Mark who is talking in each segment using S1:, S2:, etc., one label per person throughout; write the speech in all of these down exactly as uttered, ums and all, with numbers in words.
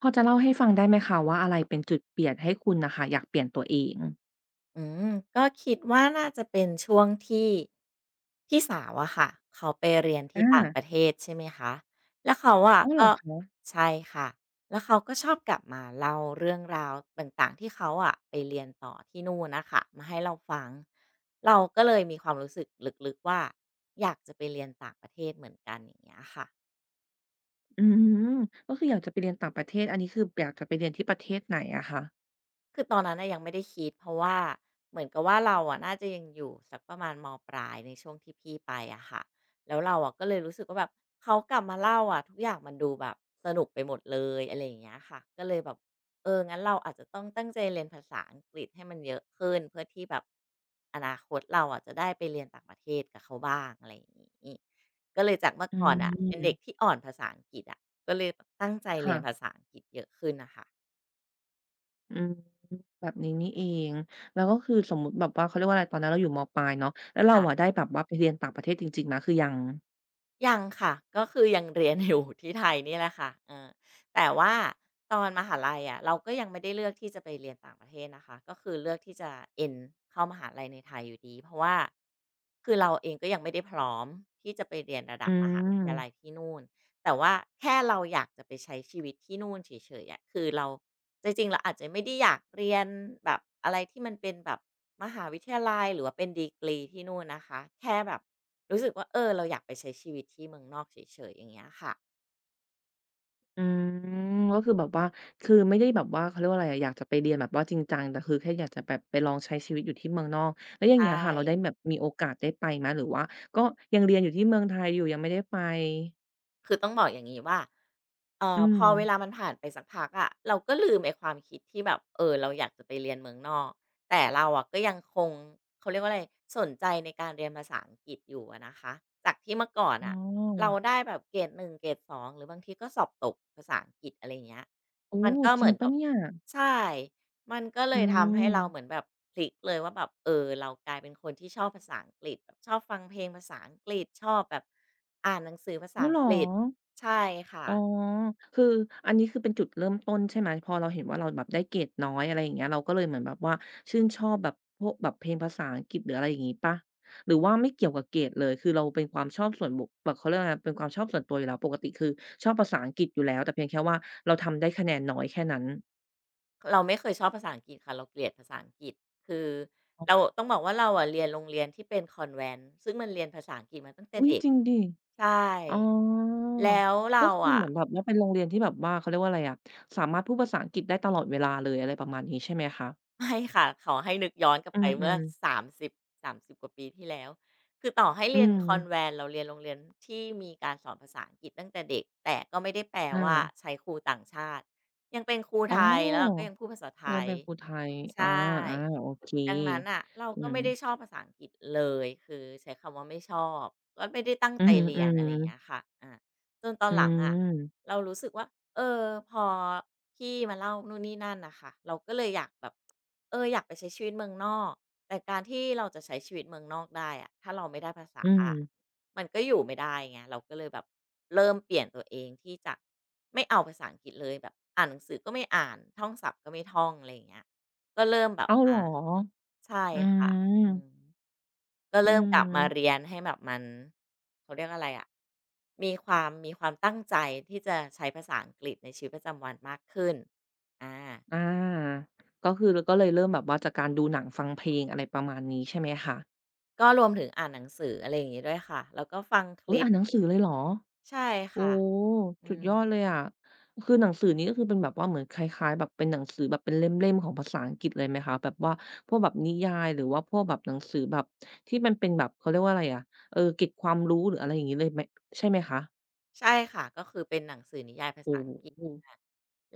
S1: พอจะเล่าให้ฟังได้ไหมคะว่าอะไรเป็นจุดเปลี่ยนให้คุณน่ะค่ะอยากเปลี่ยนตัวเอง
S2: อืมก็คิดว่าน่าจะเป็นช่วงที่พี่สาวอะค่ะเขาไปเรียนที่
S1: อา
S2: ต่างประเทศใช่ไหมคะแล้วเขาอะ
S1: อ้าวเหรอ
S2: ก็
S1: คะ
S2: ใช่ค่ะแล้วเขาก็ชอบกลับมาเล่าเรื่องราวต่างๆที่เขาอะไปเรียนต่อที่นู่นน่ะค่ะมาให้เราฟังเราก็เลยมีความรู้สึกลึกๆว่าอยากจะไปเรียนต่างประเทศเหมือนกันอย่างเงี้ยค่ะ
S1: อืมก็คืออยากจะไปเรียนต่างประเทศอันนี้คืออยากจะไปเรียนที่ประเทศไหนอะคะ
S2: คือตอนนั้นน่ะยังไม่ได้คิดเพราะว่าเหมือนกับว่าเราอะน่าจะยังอยู่สักประมาณมปลายในช่วงที่พี่ไปอะค่ะแล้วเราอะก็เลยรู้สึกว่าแบบเขากลับมาเล่าอะทุกอย่างมันดูแบบสนุกไปหมดเลยอะไรอย่างเงี้ยค่ะก็เลยแบบเอองั้นเราอาจจะต้องตั้งใจเรียนภาษาอังกฤษให้มันเยอะขึ้นเพื่อที่แบบอนาคตเราอะจะได้ไปเรียนต่างประเทศกับเขาบ้างอะไรอย่างงี้ก็เลยจากเมื่อ
S1: อื
S2: ก่อนน่ะเป็นเด็ก
S1: ม
S2: ที่อ่อนภาษาอังกฤษอะก็เลยแบบตั้งใจเรีย
S1: ค่ะ
S2: นภาษาอังกฤษเยอะขึ้นน่ะค่ะ
S1: อืมแบบนี้นี่เองแล้วก็คือสมมุติแบบว่าเขาเรียกว่าอะไรตอนนั้นเราอยู่มปลายเนาะแล้วเราอะได้
S2: ค่ะ
S1: แบบว่าไปเรียนต่างประเทศจริงๆไหมคือยัง
S2: ยังค่ะ ก็คือยังเรียนอยู่ที่ไทยนี่แหละค่ะเออแต่ว่าตอนมหาลัยอะเราก็ยังไม่ได้เลือกที่จะไปเรียนต่างประเทศนะคะก็คือเลือกที่จะ end เข้ามหาลัยในไทยอยู่ดีเพราะว่าคือเราเองก็ยังไม่ได้พร้อมที่จะไปเรียนระดั
S1: อื
S2: บมหาวิทยาลัย
S1: ม
S2: ที่นู่นแต่ว่าแค่เราอยากจะไปใช้ชีวิตที่นู่นเฉยๆอะคือเราจริงๆเราอาจจะไม่ได้อยากเรียนแบบอะไรที่มันเป็นแบบมหาวิทยาลัยหรือว่าเป็นดีกรีที่นู่นนะคะ แค่แบบ รู้สึกว่าเออเราอยากไปใช้ชีวิตที่เมืองนอกเฉยๆอย่างเงี้ยค่ะ
S1: อืมก็คือแบบว่าคือไม่ได้แบบว่าเขาเรียกว่าอะไรอะอยากจะไปเรียนแบบว่าจริงจังแต่คือแค่อยากจะแบบไปลองใช้ชีวิตอยู่ที่เมืองนอกแล้วอย่างเงี้ย
S2: ใช่
S1: ค่ะเราได้แบบมีโอกาสได้ไปไหมหรือว่าก็ยังเรียนอยู่ที่เมืองไทยอยู่ยังไม่ได้ไป
S2: คือต้องบอกอย่างนี้ว่าเอ่อ
S1: อื
S2: พ
S1: ม
S2: อเวลามันผ่านไปสักพักอะเราก็ลืมไอ้ความคิดที่แบบเออเราอยากจะไปเรียนเมืองนอก แต่เราอะก็ยังคงเขาเรียกว่าอะไรสนใจในการเรียนภาษาอังกฤษอยู่อะนะคะ จากที่เมื่อก่อน
S1: อ๋อ
S2: อ่ะเราได้แบบเกรดหนึ่งเกรดสองหรือบางทีก็สอบตกภาษาอังกฤษอะไรอย่างเงี้ย
S1: โอ้
S2: มันก็
S1: จ
S2: เห
S1: ริ
S2: มื
S1: ง
S2: อน
S1: เป
S2: กั
S1: ล่า
S2: บ
S1: เนี่ย
S2: ใช่มันก็เล
S1: อื
S2: ยทำให้
S1: ม
S2: เราเหมือนแบบพลิกเลยว่าแบบเออเรากลายเป็นคนที่ชอบภาษาอังกฤษแบบชอบฟังเพลงภาษาอังกฤษชอบแบบอ่านหนังสือภาษา
S1: อ้าว
S2: อั
S1: เหร
S2: งก
S1: อ
S2: ฤษ ใช่ค่ะ
S1: อ๋อคืออันนี้คือเป็นจุดเริ่มต้นใช่ไหมพอเราเห็นว่าเราแบบได้เกรดน้อยอะไรอย่างเงี้ยเราก็เลยเหมือนแบบว่าชื่นชอบแบบพวกแบบเพลงภาษาอังกฤษหรืออะไรอย่างงี้เปล่าหรือว่าไม่เกี่ยวกับเกรดเลยคือเราเป็นความชอบส่วนบุคแบบเขาเรียกว่าอะไรเป็นความชอบส่วนตัวอยู่แล้วปกติคือชอบภาษาอังกฤษอยู่แล้วแต่เพียงแค่ว่าเราทำได้คะแนนน้อยแค่นั้น
S2: เราไม่เคยชอบภาษาอังกฤษค่ะเราเกลียดภาษาอังกฤษคือ
S1: อ๋
S2: เรา
S1: อ
S2: ต้องบอกว่าเราอะเรียนโรงเรียนที่เป็นคอนแวนต์ซึ่งมันเรียนภาษาอังกฤษมาตั้งแต่
S1: อุ๊ย
S2: เด็ก
S1: จริงดิ
S2: ใช
S1: อ๋อ
S2: ่แล้ว
S1: ก็
S2: เรา
S1: คือเห
S2: อะ
S1: มือนแบบว่าเป็นโรงเรียนที่แบบว่าเขาเรียกว่าอะไรอะสามารถพูดภาษาอังกฤษได้ตลอดเวลาเลยอะไรประมาณนี้ใช่ไหมคะ
S2: ไม่ค่ะขอให้นึกย้อนกลับ
S1: อื
S2: ไปเมื่อ
S1: มๆ
S2: สามสิบ สามสิบกว่าปีที่แล้วคือต่อให้
S1: อื
S2: เรียน
S1: ม
S2: คอนแวนต์เราเรียนโรงเรียนที่มีการสอนภาษาอังกฤษตั้งแต่เด็กแต่ก็ไม่ได้แปลว่า
S1: อา
S2: ใช้ครูต่างชาติยังเป็นครู
S1: อ๋
S2: ไทยแล้วเราก็
S1: อ
S2: ยังพูดภาษาไท
S1: เรียน
S2: ย
S1: เป็นครูไทย
S2: ใช
S1: อา
S2: ่
S1: อาโอเค
S2: ดังนั้นน่ะเรา
S1: อื
S2: ก็
S1: ม
S2: ไม่ได้ชอบภาษาอังกฤษเลยคือใช้คำว่าไม่ชอบก็ไม่ได้ตั้ง
S1: อื
S2: ใจ
S1: อฮึ
S2: เรี
S1: อื
S2: ยน
S1: ม
S2: อะไรอย่างเงี้ยค่ะอาจนตอน
S1: อื
S2: หลังอะ
S1: ม
S2: เรารู้สึกว่าเออพอพี่มาเล่านู่นนี่นั่นน่ะค่ะเราก็เลยอยากแบบ เอออยากไปใช้ชีวิตเมืองนอก แต่การที่เราจะใช้ชีวิตเมืองนอกได้อะถ้าเราไม่ได้ภาษา
S1: อืม
S2: อะมันก็อยู่ไม่ได้ไงเราก็เลยแบบเริ่มเปลี่ยนตัวเองที่จะไม่เอาภาษาอังกฤษเลยแบบอ่านหนังสือก็ไม่อ่านท่องศัพท์ก็ไม่ท่องอะไรอย่างเงี้ยก็เริ่มแบบ
S1: อ้าวเหร
S2: มา
S1: อ
S2: ใช่
S1: อื
S2: ค่ะ
S1: ม
S2: อืมก็
S1: อื
S2: เริ่มกลับมาเรี
S1: ม
S2: ยนให้แบบมันเขาเรียกอะไรอะมีความมีความตั้งใจที่จะใช้ภาษาอังกฤษในชีวิตประจำวันมากขึ้นอา
S1: อาก็คือก็เลยเริ่มแบบว่าจากการดูหนังฟังเพลงอะไรประมาณนี้ใช่ไหมคะ
S2: ก็รวมถึงอ่านหนังสืออะไรอย่างงี้ด้วยค่ะแล้วก็ฟังค
S1: อุ๊ย
S2: ลิป
S1: อ่านหนังสือเลยเหรอ
S2: ใช่
S1: โอ้
S2: ค่ะอื
S1: สุด
S2: ม
S1: ยอดเลยอะคือหนังสือนี้ก็คือเป็นแบบว่าเหมือนคล้ายๆแบบเป็นหนังสือแบบเป็นเล่มๆของภาษาอังกฤษเลยไหมคะแบบว่าพวกแบบนิยายหรือว่าพวกแบบหนังสือแบบที่มันเป็นแบบเขาเรียกว่าอะไรอะเออเกร็ดความรู้หรืออะไรอย่างงี้เลยไหมใช่ไหมคะ
S2: ใช่ค่ะก็คือเป็นหนังสือนิยายภา
S1: โอ้
S2: ษาอังกฤษ
S1: โฮ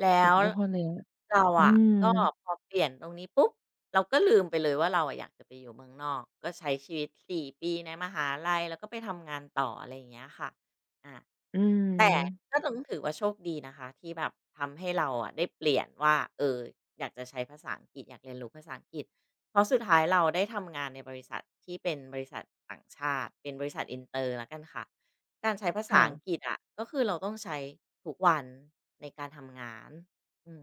S2: แล้
S1: สุด
S2: ว
S1: ยอดเลยอะ
S2: เรา
S1: อื
S2: อะ
S1: ม
S2: ก็พอเปลี่ยนตรงนี้ปุ๊บเราก็ลืมไปเลยว่าเราอะอยากจะไปอยู่เมืองนอกก็ใช้ชีวิตสี่ปีในมหาลัยแล้วก็ไปทำงานต่ออะไรอย่างเงี้ยค่ะอา
S1: อื
S2: แต่
S1: ม
S2: ก็ต้องถือว่าโชคดีนะคะที่แบบทำให้เราอะได้เปลี่ยนว่าเอออยากจะใช้ภาษาอังกฤษอยากเรียนรู้ภาษาอังกฤษเพราะสุดท้ายเราได้ทำงานในบริษัทที่เป็นบริษัทต่างชาติเป็นบริษัทอินเ n อร์แล้วกันค่ะการใช้ภาษา
S1: ค่ะ
S2: อังกฤษอะก็คือเราต้องใช้ทุกวันในการทำงานอืม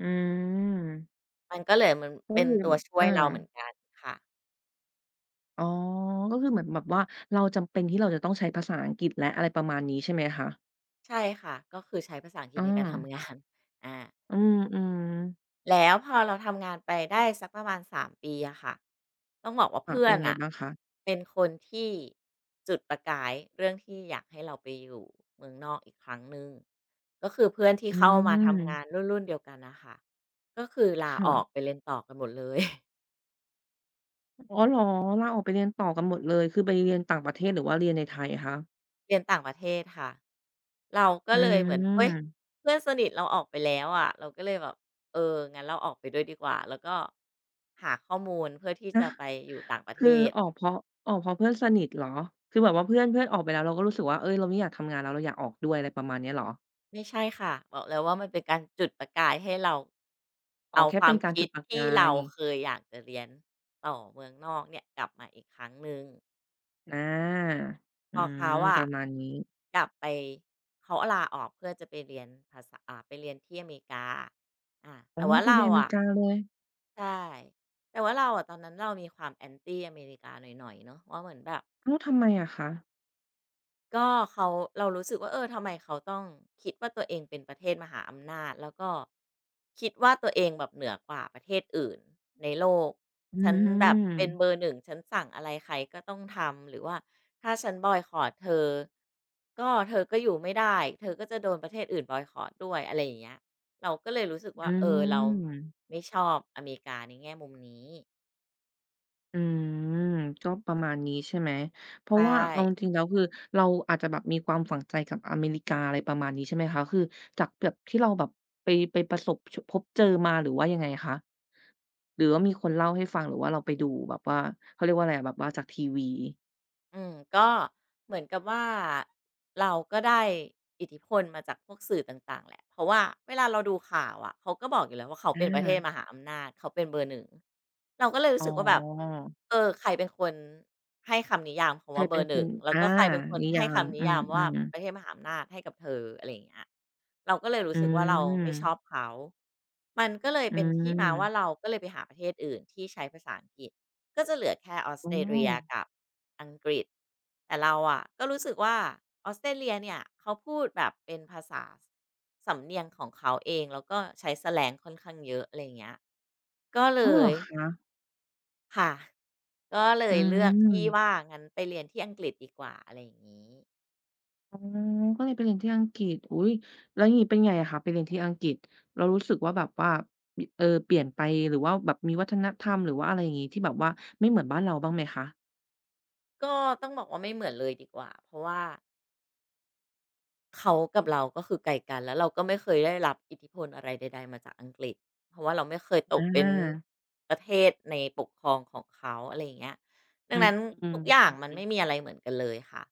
S1: อืม
S2: มันก็เลยมัน
S1: ก็
S2: เป็น
S1: คือ
S2: ตัว
S1: แบบ
S2: ช่วย
S1: อา
S2: เราเหมือนกันค่ะ
S1: อ๋อก็คือเหมือนแบบว่าเราจำเป็นที่เราจะต้องใช้ภาษาอังกฤษแล้วอะไรประมาณนี้ใช่ไหมคะ
S2: ใช่ค่ะก็คือใช้ภาษาอังกฤษ
S1: อา
S2: ในการทำงาน อา
S1: อืมๆ
S2: แล้วพอเราทำงานไปได้สักประมาณสามปีอะค่ะต้องบอกว่า
S1: ค่ะ
S2: เพื่อ
S1: เป็น
S2: น
S1: ไง
S2: อ่ะ
S1: บ้างคะ
S2: เป็นคนที่จุดประกายเรื่องที่อยากให้เราไปอยู่เมืองนอกอีกครั้งหนึ่งก็คือเพื่อนที่
S1: อื
S2: เข้ามาทำงา
S1: ม
S2: นรุ่นๆเดียวกันนะคะก็คือลาอ
S1: ค่ะ
S2: อกไปเรียนต่อกันหมดเลย
S1: อ๋อเหรอลาออกไปเรียนต่อกันหมดเลย คือไปเรียนต่างประเทศหรือว่าเรียนในไทยคะ
S2: เรียนต่างประเทศค่ะเราก็
S1: อื
S2: เลยเหมือนเฮ้ย
S1: ม
S2: เพื่อนสนิทเราออกไปแล้วอะ่ะเราก็เลยแบบเอองั้นเราออกไปด้วยดีกว่าแล้วก็หาข้อมูลเพื่อที่
S1: นะ
S2: จะไปอยู่ต่างประเท
S1: คือ
S2: ศ
S1: ออกเพราะออกเพราะเพื่อนสนิทเหรอ คือแบบว่าเพื่อนเพื่อนออกไปแล้วเราก็รู้สึกว่าเฮ้ย เราไม่อยากทำงานแล้วเราอยากออกด้วยอะไรประมาณเนี้ยเหรอ
S2: ไม่ใช่ค่ะบอกเลยว่ามันเป็นการจุดประกายให้เรา
S1: อ๋อ
S2: เอา
S1: แค่
S2: ควา
S1: เป็
S2: ม
S1: นการ
S2: คิ
S1: จุ
S2: ด
S1: ดประ
S2: ที่
S1: กา
S2: เรา
S1: ย
S2: เคยอยากจะเรียนต่อเมืองนอกเนี่ยกลับมาอีกครั้งหนึ่ง
S1: อา
S2: พ
S1: อื
S2: อเขา
S1: มป
S2: อะ
S1: ระมาณนี้
S2: กลับไปเขาลาออกเพื่อจะไปเรียนภาษาอ่าไปเรียนที่อเมริกาอา
S1: อ๋
S2: แต่
S1: อ
S2: ว่า
S1: ไป
S2: เรา
S1: เรียนอเมริ
S2: อะ
S1: กาเลย
S2: ใช่แต่ว่าเราอะตอนนั้นเรามีความ a n ี้อเมริกาหน่อยๆเนาะว่าเหมือนแบบ
S1: อ้าวทำไมอะคะ
S2: ก็เขาเรารู้สึกว่าเออทำไมเขาต้องคิดว่าตัวเองเป็นประเทศมหาอำนาจแล้วก็คิดว่าตัวเองแบบเหนือกว่าประเทศอื่นในโลก
S1: อื
S2: ฉันแบบเป็นเบอ
S1: ม
S2: ร์หนึ่งฉันสั่งอะไรใครก็ต้องทำหรือว่าถ้าฉันบอยคอตเธอก็เธอก็อยู่ไม่ได้เธอก็จะโดนประเทศอื่นบอยคอตด้วยอะไรอย่างเงี้ยเราก็เลยรู้สึก
S1: อื
S2: ว่าเออเรา
S1: ม
S2: ไม่ชอบอเมริกาในแง่มุมนี้
S1: อืมก็ประมาณนี้ใช่ไหมเพราะ
S2: ใช่
S1: ว่าเอาจริงๆแล้วคือเราอาจจะแบบมีความฝังใจกับอเมริกาอะไรประมาณนี้ใช่ไหมคะคือจากแบบที่เราแบบไปไปประสบชพบเจอมาหรือว่ายังไงคะหรือว่ามีคนเล่าให้ฟังหรือว่าเราไปดูแบบว่าเขาเรียกว่าอะไรอะแบบว่าจากทีวี
S2: อืมก็เหมือนกับว่าเราก็ได้อิทธิพลมาจากพวกสื่อต่างๆแหละเพราะว่าเวลาเราดูข่าวอะเขาก็บอกอยู่แล้วว่าเขา
S1: อ
S2: เป็นประเทศม
S1: า
S2: หาอำนาจเขาเป็นเบอร์หนึ่งเราก็เลย
S1: อ๋
S2: รู้
S1: อ
S2: สึกว่าแบบเออใครเป็นคนให้คำนิยาม
S1: ใค
S2: คำ
S1: ร
S2: ว่าเบ
S1: เป็
S2: อ
S1: น
S2: ร์ห
S1: ค
S2: นึ่ง
S1: น
S2: แล้วก็
S1: อา
S2: ใครเป็นคน
S1: นิ
S2: ให้
S1: ยาม
S2: คำนิ
S1: อื
S2: ยามว่า
S1: มๆ
S2: ประเทศมหาอำนาจให้กับเธออะไรอย่างเงี้ยเราก็เลยรู้
S1: อื
S2: สึกว่าเราไม่ชอบ
S1: ม
S2: เขามันก็เลย
S1: อื
S2: เป็นที่มาว่า
S1: ม
S2: เราก็เลยไปหาประเทศอื่นที่ใช้ภาษาอังกฤษ ก็จะเหลือแค่ออส
S1: อ๋
S2: เต
S1: อ
S2: รเลียกับอังกฤษแต่เราอะก็รู้สึกว่าออสเตรเลียเนี่ยเขาพูดแบบเป็นภาษาสำเนียงของเขาเองแล้วก็ใช้แสแลงค่อนข้างเยอะอะไรอย่างเงี้ยก็เล
S1: อ้าวเหร
S2: ย
S1: อคะ
S2: ค่ะก็เล
S1: อื
S2: ยเลือกที่ว่า
S1: ม
S2: งั้นไปเรียนที่อังกฤษดีกว่าอะไรอย่างงี้
S1: อ๋อก็เลยไปเรียนที่อังกฤษอุ๊ยแล้วอย่างงี้เป็นไงอะคะไปเรียนที่อังกฤษเรารู้สึกว่าแบบว่าบิเออเปลี่ยนไปหรือว่าแบบมีวัฒนธรรมหรือว่าอะไรอย่างงี้ที่แบบว่าไม่เหมือนบ้านเราบ้างไหมคะ
S2: ก็ต้องบอกว่าไม่เหมือนเลยดีกว่าเพราะว่า เขากับเราก็คือไกลกันแล้วเราก็ไม่เคยได้รับอิทธิพลอะไรใดๆ มาจากอังกฤษเพราะว่าเราไม่เคยตก
S1: อ
S2: เป็น
S1: า
S2: ประเทศในปกครองของเขาอะไรอย่างเงี้ยดั
S1: อื
S2: ง
S1: ม
S2: นั้น
S1: อืม
S2: ทุกอย่างมันไม่มีอะไรเหมือนกันเลยค่ะ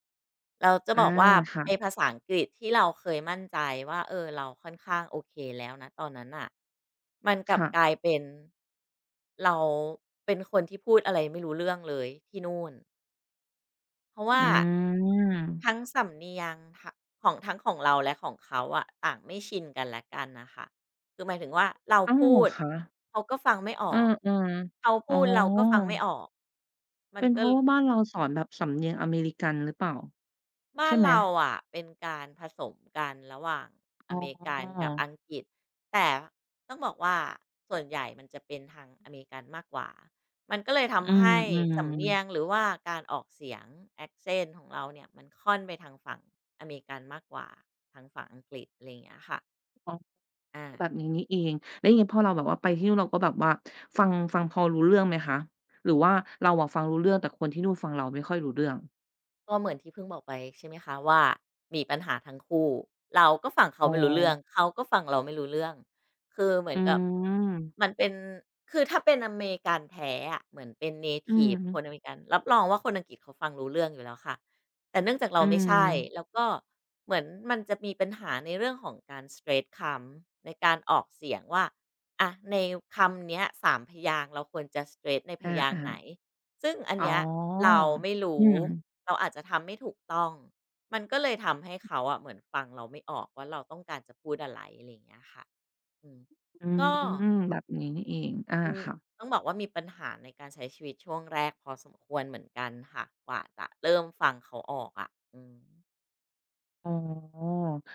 S2: เราจะ
S1: ออ
S2: บอกว่า
S1: อาค่ะ
S2: ไอ้ภาษาอังกฤษที่เราเคยมั่นใจว่าเออเราค่อนข้างโอเคแล้วณตอนนั้นน่ะมันกลับ
S1: ค่ะ
S2: กลายเป็นเราเป็นคนที่พูดอะไรไม่รู้เรื่องเลยที่นู่น เพราะว่า
S1: อื
S2: ทั้ง
S1: ม
S2: สำเนียงทะของทั้งของเราและของเขาอะต่างไม่ชินกันและกันน่ะค่ะคือหมายถึงว่าเรา
S1: อ้าว
S2: พู
S1: เหรอ
S2: ด
S1: คะ
S2: เขาก็ฟังไม่อ
S1: เออ
S2: อกเขา
S1: ๆอ๋อ
S2: พูดเราก็ฟังไม่ออกมัน
S1: เป็นเพ
S2: ก็
S1: ราะว่าบ้านเราสอนแบบสำเนียงอเมริกันหรือเปล่า
S2: บ้าน
S1: ใช่ไหม
S2: เราอ่ะเป็นการผสมกันระหว่างอ
S1: อ๋
S2: เมริกัน
S1: อ
S2: กับอังกฤษแต่ต้องบอกว่าส่วนใหญ่มันจะเป็นทางอเมริกันมากกว่ามันก็เลย
S1: อื
S2: ทำ
S1: ม
S2: ให้สำเนียงหรือ
S1: ๆ
S2: ว่าการออกเสียง accent ของเราเนี่ยมันค่อนไปทางฝั่งอเมริกันมากกว่าทางฝั่งอังกฤษอะไรอย่างเงี้ยค่ะ
S1: อ๋อ
S2: อา
S1: แบบนี้นี่เองแล้วอย่างงี้พอเราแบบว่าไปที่นู่นเราก็แบบว่าฟังฟังพอรู้เรื่องไหมคะหรือว่าเราอะฟังรู้เรื่องแต่คนที่นู่นฟังเราไม่ค่อยรู้เรื่อง
S2: ก็เหมือนที่เพิ่งบอกไปใช่ไหมคะว่ามีปัญหาทั้งคู่เราก็ฝั่งเขา
S1: อ๋อ
S2: ไม่รู้เรื่องเขาก็ฝั่งเราไม่รู้เรื่องคือเหมือ
S1: อื
S2: นกับมัน
S1: ม
S2: เป็นคือถ้าเป็นอเมริกันแท้อะเหมือนเป็นเน
S1: อื
S2: ทิ
S1: ม
S2: ฟคนอเมริกันรับรองว่าคนอังกฤษเขาฟังรู้เรื่องอยู่แล้วค่ะแต่เนื่องจากเรา
S1: อื
S2: ไม่ใช่
S1: ม
S2: แล้วก็เหมือนมันจะมีปัญหาในเรื่องของการ s t r a i คำในการออกเสียงว่าอะในคำเนี้ยสามพยางค์เราควรจะ s t r a i ในพ
S1: อา
S2: ยางค์ไหนซึ่งอัน
S1: ๆอ๋อ
S2: เนี้ยเราไม่
S1: อื
S2: รู้
S1: ม
S2: เราอาจจะทำไม่ถูกต้อง มันก็เลยทำให้เขาอะเหมือนฟังเราไม่ออกว่าเราต้องการจะพูดอะไรอะไรอย่างเงี้ยค่ะอืม
S1: อื
S2: ก็
S1: มแบบนี้นี่เองอา
S2: อืม
S1: ค่ะ
S2: ต้องบอกว่ามีปัญหาในการใช้ชีวิตช่วงแรกพอสมควรเหมือนกันค่ะ กว่าจะเริ่มฟังเขาออกอะอืม
S1: อ๋อ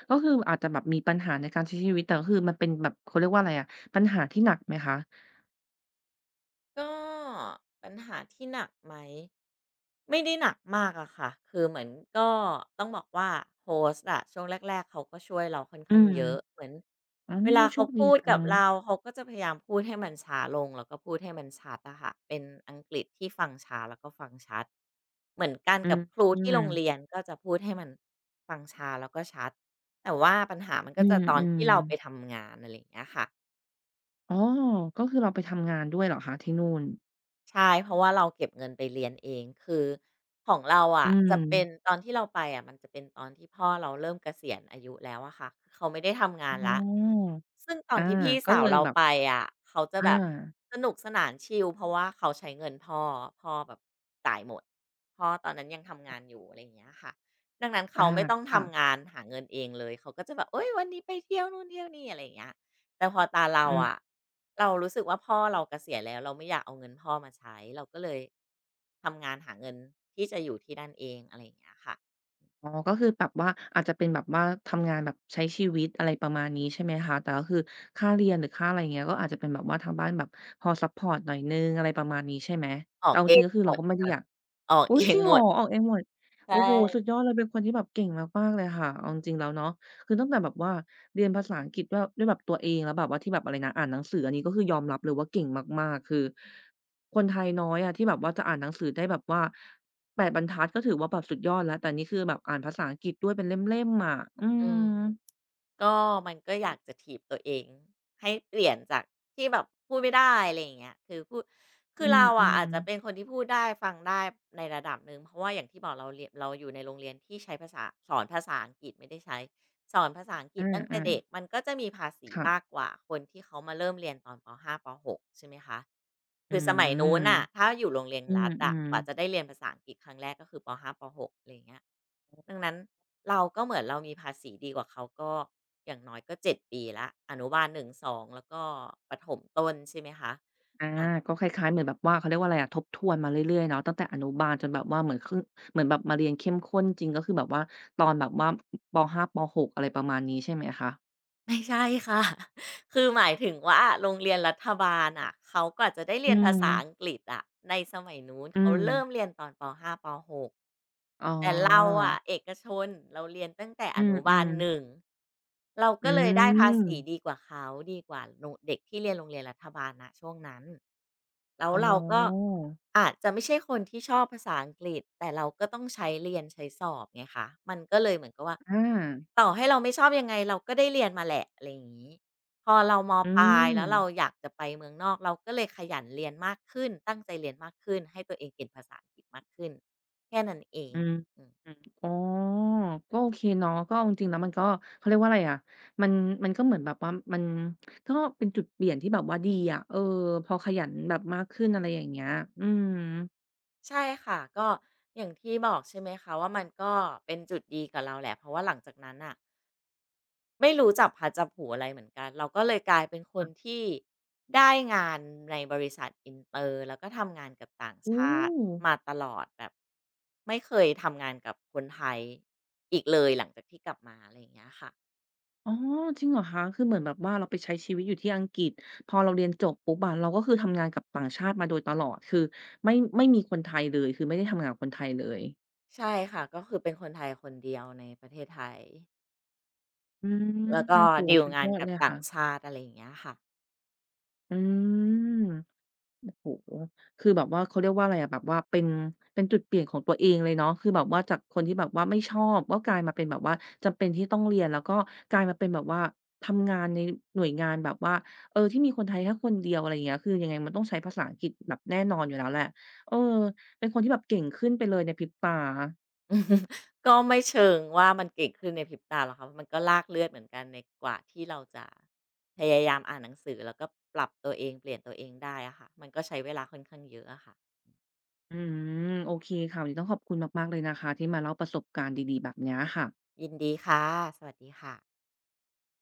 S1: ก็คืออาจจะแบบมีปัญหาในการใช้ชีวิตแต่ก็คือมันเป็นแบบเขาเรียกว่าอะไรอะปัญหาที่หนักไหมคะ
S2: ก็ปัญหาที่หนักไหม ไม่ได้หนักมากอะค่ะ คือเหมือนก็ต้องบอกว่าโฮสต์อะช่วงแรกๆเขาก็ช่วยเราค่อน
S1: อื
S2: ข้าง
S1: ม
S2: เยอะ เหมือน
S1: อ๋อ
S2: เวลา
S1: โช
S2: เขา
S1: คดี
S2: พูด
S1: จั
S2: กับ
S1: ง
S2: เราเขาก็จะพยายามพูดให้มันช้าลงแล้วก็พูดให้มันชัดอะค่ะเป็นอังกฤษที่ฟังช้าแล้วก็ฟังชัดเหมือนกัน
S1: อื
S2: กับ
S1: ม
S2: ครู
S1: อื
S2: ที่โรงเรียนก็จะพูดให้มันฟังช้าแล้วก็ชัดแต่ว่าปัญหามันก็จะ
S1: ม
S2: ตอน
S1: อืม
S2: ที่เราไปทำงานอะไรอย่างเงี้ยค่ะ
S1: อ๋อก็คือเราไปทำงานด้วยเหรอคะที่นู่น
S2: ใช่เพราะว่าเราเก็บเงินไปเรียนเองคือของเรา
S1: อื
S2: อะจะเป็น
S1: ม
S2: ตอนที่เราไปอะมันจะเป็นตอนที่พ่อเราเริ่มเกษียณอายุแล้วอะค่ะคือเขาไม่ได้ทำงา
S1: อ๋
S2: นแล้ว
S1: อ
S2: ซึ่งตอน
S1: อา
S2: ที่พี่
S1: ก็
S2: สาว
S1: เลย
S2: เรา
S1: แบบ
S2: ไปอะเขาจะแบ
S1: อา
S2: บสนุกสนานชิลเพราะว่าเขาใช้เงินพ่อพ่อแบบจ่ายหมดพ่อตอนนั้นยังทำงานอยู่อะไรอย่างเงี้ยค่ะดังนั้น
S1: อา
S2: เขาไม่ต้อง
S1: ค่ะ
S2: ทำงานหาเงินเองเลยเขาก็จะแบบเฮ้ยวันนี้ไปเที่ยวนู่นเที่ยวนี่อะไรอย่างเงี้ย แต่พอตาเรา
S1: อื
S2: อะ
S1: ม
S2: เรารู้สึกว่าพ่อเราเกษียณแล้วเราไม่อยากเอาเงินพ่อมาใช้เราก็เลยทำงานหาเงินที่จะอยู่ที่นั่นเองอะไรอย่างเงี้ยค่ะ
S1: อ๋อก็คือแบบว่าอาจจะเป็นแบบว่าทำงานแบบใช้ชีวิตอะไรประมาณนี้ใช่ไหมคะแต่ก็คือค่าเรียนหรือค่าอะไรอย่างเงี้ยก็อาจจะเป็นแบบว่าทางบ้านแบบพอซัปพอร์ตหน่อยหนึ่งอะไรประมาณนี้ใช่ไหม
S2: ออ
S1: แต่
S2: ก
S1: เอา
S2: เอ
S1: จริ
S2: ง
S1: งๆก็คือ
S2: หม
S1: เรา
S2: ด
S1: ก็ไม่ได้
S2: ค่ะ
S1: อยาก
S2: ออก
S1: อุ๊
S2: เอ
S1: ยจ
S2: ง
S1: ริง
S2: ห
S1: เห
S2: ม
S1: รอ
S2: ด
S1: ออกเองหมด
S2: ใช
S1: โอ้โฮสุด
S2: ่
S1: ยอดเลยเป็นคนที่แบบเก่งมากๆเลยค่ะเอาจริงๆแล้วเนาะคือตั้งแต่แบบว่าเรียนภาษาอังกฤษด้วยด้วยแบบตัวเองแล้วแบบว่าที่แบบอะไรนะอ่านหนังสืออันนี้ก็คือยอมรับเลยว่าเก่งมากๆคือคนไทยน้อยอะที่แบบว่าจะอ่านหนังสือได้แบบว่าแปดบรรทัดก็ถือว่าแบบสุดยอดแล้วแต่นี่คือแบบอ่านภาษาอังกฤษด้วยเป็นเล่มๆอะอื
S2: อืม
S1: ม
S2: ก็มันก็อยากจะถีบตัวเองให้เปลี่ยนจากที่แบบพูดไม่ได้อะไรอย่างเงี้ยคือพูดคื
S1: อื
S2: อเราอะ
S1: ม
S2: อาจจะเป็น
S1: ๆ
S2: คนที่พูดได้ฟังได้ในระดับหนึ่งเพราะว่าอย่างที่บอกเราเรียนเราอยู่ในโรงเรียนที่ใช้ภาษาสอนภาษาอังกฤษไม่ได้ใช้ สอนภาษาอังก
S1: อ
S2: ฤษตั้งแต่
S1: าๆ
S2: เด็กมันก็จะมีภาษี
S1: ค่ะ
S2: มากกว่าคนที่เขามาเริ่มเรียนตอนป .ห้า ป .หก ใช่ไหมคะ
S1: อื
S2: คือสมั
S1: ม
S2: ยนู้นน่ะถ้าอยู่โรงเรียน
S1: อื
S2: รัฐอะ
S1: ม
S2: กว่าจะ
S1: ๆ
S2: ได้เรียนภาษาอังกฤษครั้งแรกก็คือป .ห้า ป .หก อะไรอย่างเงี้ยดังนั้นเราก็เหมือนเรามีภาษีดีกว่าเขาก็อย่างน้อยก็เจ็ดปีแล้วอนุบาลหนึ่งสองแล้วก็ประถมต้นใช่ไหมคะ
S1: อา
S2: อะ
S1: ก็คล้ายๆเหมือนแบบว่าเขาเรียกว่าอะไรอะทบทวนมาเรื่อยๆเนาะตั้งแต่อนุบาลจนแบบว่าเหมือนครึ่งเหมือนแบบมาเรียนเข้มข้นจริงก็คือแบบว่าตอนแบบว่าปห้าปหกอะไรประมาณนี้ใช่ไหมคะ
S2: ไม่ใช่ค่ะ คือหมายถึงว่าโรงเรียนรัฐบาลอะเขากว่าจะได้เรี
S1: อื
S2: ยนภา
S1: ม
S2: ษาอังกฤษอะในสมัยนู้น
S1: อื
S2: เขา
S1: ม
S2: เริ่มเรียนตอนปห้าปหก
S1: อ๋อ
S2: แต่เราอะเอกชนเราเรียนตั้งแต่อ
S1: อื
S2: นุบาล
S1: ม
S2: หนึ่ง
S1: ๆ
S2: เรา
S1: อื
S2: ก็เลยได้ภา
S1: ม
S2: ษีดีกว่าเขาดีกว่าโรงเด็กที่เรียนโรงเรียนรัฐบาลนะช่วงนั้นแล้ว
S1: อ๋อ
S2: เราก็อาจจะไม่ใช่คนที่ชอบภาษาอังกฤษแต่เราก็ต้องใช้เรียนใช้สอบไงคะมันก็เลยเหมือนกับว่า
S1: อา
S2: ต่อให้เราไม่ชอบยังไงเราก็ได้เรียนมาแหละอะไรอย่างนี้ พอเราม
S1: อื
S2: ปลาย
S1: ม
S2: แล้วเราอยากจะไปเมืองนอกเราก็เลยขยันเรียนมากขึ้น ตั้งใจเรียนมากขึ้นให้ตัวเองเก่งภาษาอังกฤษมากขึ้น แค่นั้นเอง
S1: อืม
S2: อืม
S1: อืมอ๋อก็โอเคเนาะก็เอาจริงๆแล้วมันก็เขาเรียกว่าอะไรอะมันมันก็เหมือนแบบว่ามันก็เป็นจุดเปลี่ยนที่แบบว่าดีอะเออพอขยันแบบมากขึ้นอะไรอย่างเงี้ยอืม
S2: ใช่ค่ะก็อย่างที่บอกใช่ไหมคะว่ามันก็เป็นจุดดีกับเราแหละเพราะว่าหลังจากนั้นน่ะไม่รู้จับพลัดจับผลูอะไรเหมือนกันเราก็เลยกลายเป็นคน
S1: ค่ะ
S2: ที่ได้งานในบริษัทอินเตอร์แล้วก็ทำงานกับต่างช
S1: โอ้
S2: าติมาตลอดแบบไม่เคยทำงานกับคนไทยอีกเลยหลังจากที่กลับมาอะไรอย่างเงี้ยค่ะ
S1: อ๋อจริงเหรอคะคือเหมือนแบบว่าเราไปใช้ชีวิตอยู่ที่อังกฤษพอเราเรียนจบปุ๊บอะเราก็คือทำงานกับต่างชาติมาโดยตลอดคือไม่ไม่มีคนไทยเลยคือไม่ได้ทำงานกับคนไทยเลย
S2: ใช่ค่ะก็คือเป็นคนไทยคนเดียวในประเทศไทย
S1: อืม
S2: แล้วก็
S1: โอ้โฮ
S2: ดีล
S1: สุด
S2: งา
S1: ย
S2: น
S1: อด
S2: กับ
S1: เลย
S2: ต่าง
S1: ค่ะ
S2: ชาติอะไรอย่างเงี้ยค่ะ
S1: อืม โอ้โฮคือแบบว่าเขาเรียกว่าอะไรอะแบบว่าเป็นเป็นจุดเปลี่ยนของตัวเองเลยเนาะคือแบบว่าจากคนที่แบบว่าไม่ชอบก็กลายมาเป็นแบบว่าจำเป็นที่ต้องเรียนแล้วก็กลายมาเป็นแบบว่าทำงานในหน่วยงานแบบว่าเออที่มีคนไทยแค่คนเดียวอะไรอย่างเงี้ยคือยังไงมันต้องใช้ภาษาอังกฤษแบบแน่นอนอยู่แล้วแหละเออเป็นคนที่แบบเก่งขึ้นไปเลยในพริบตา
S2: ก็ไม่เชิงว่ามันเก่งขึ้นในพริบตาหรอกค่ะมันก็ลากเลือดเหมือนกันในกว่าที่เราจะพยายามอ่านหนังสือแล้วก็ปรับตัวเองเปลี่ยนตัวเองได้อะค่ะมันก็ใช้เวลาค่อนข้างเยอะอะค่ะ
S1: อืมโอเคค่ะวันนี้ต้องขอบคุณมากๆเลยนะคะที่มาเล่าประสบการณ์ดีๆแบบเนี้ยค่ะ
S2: ยินดีค่ะสวัสดีค่ะ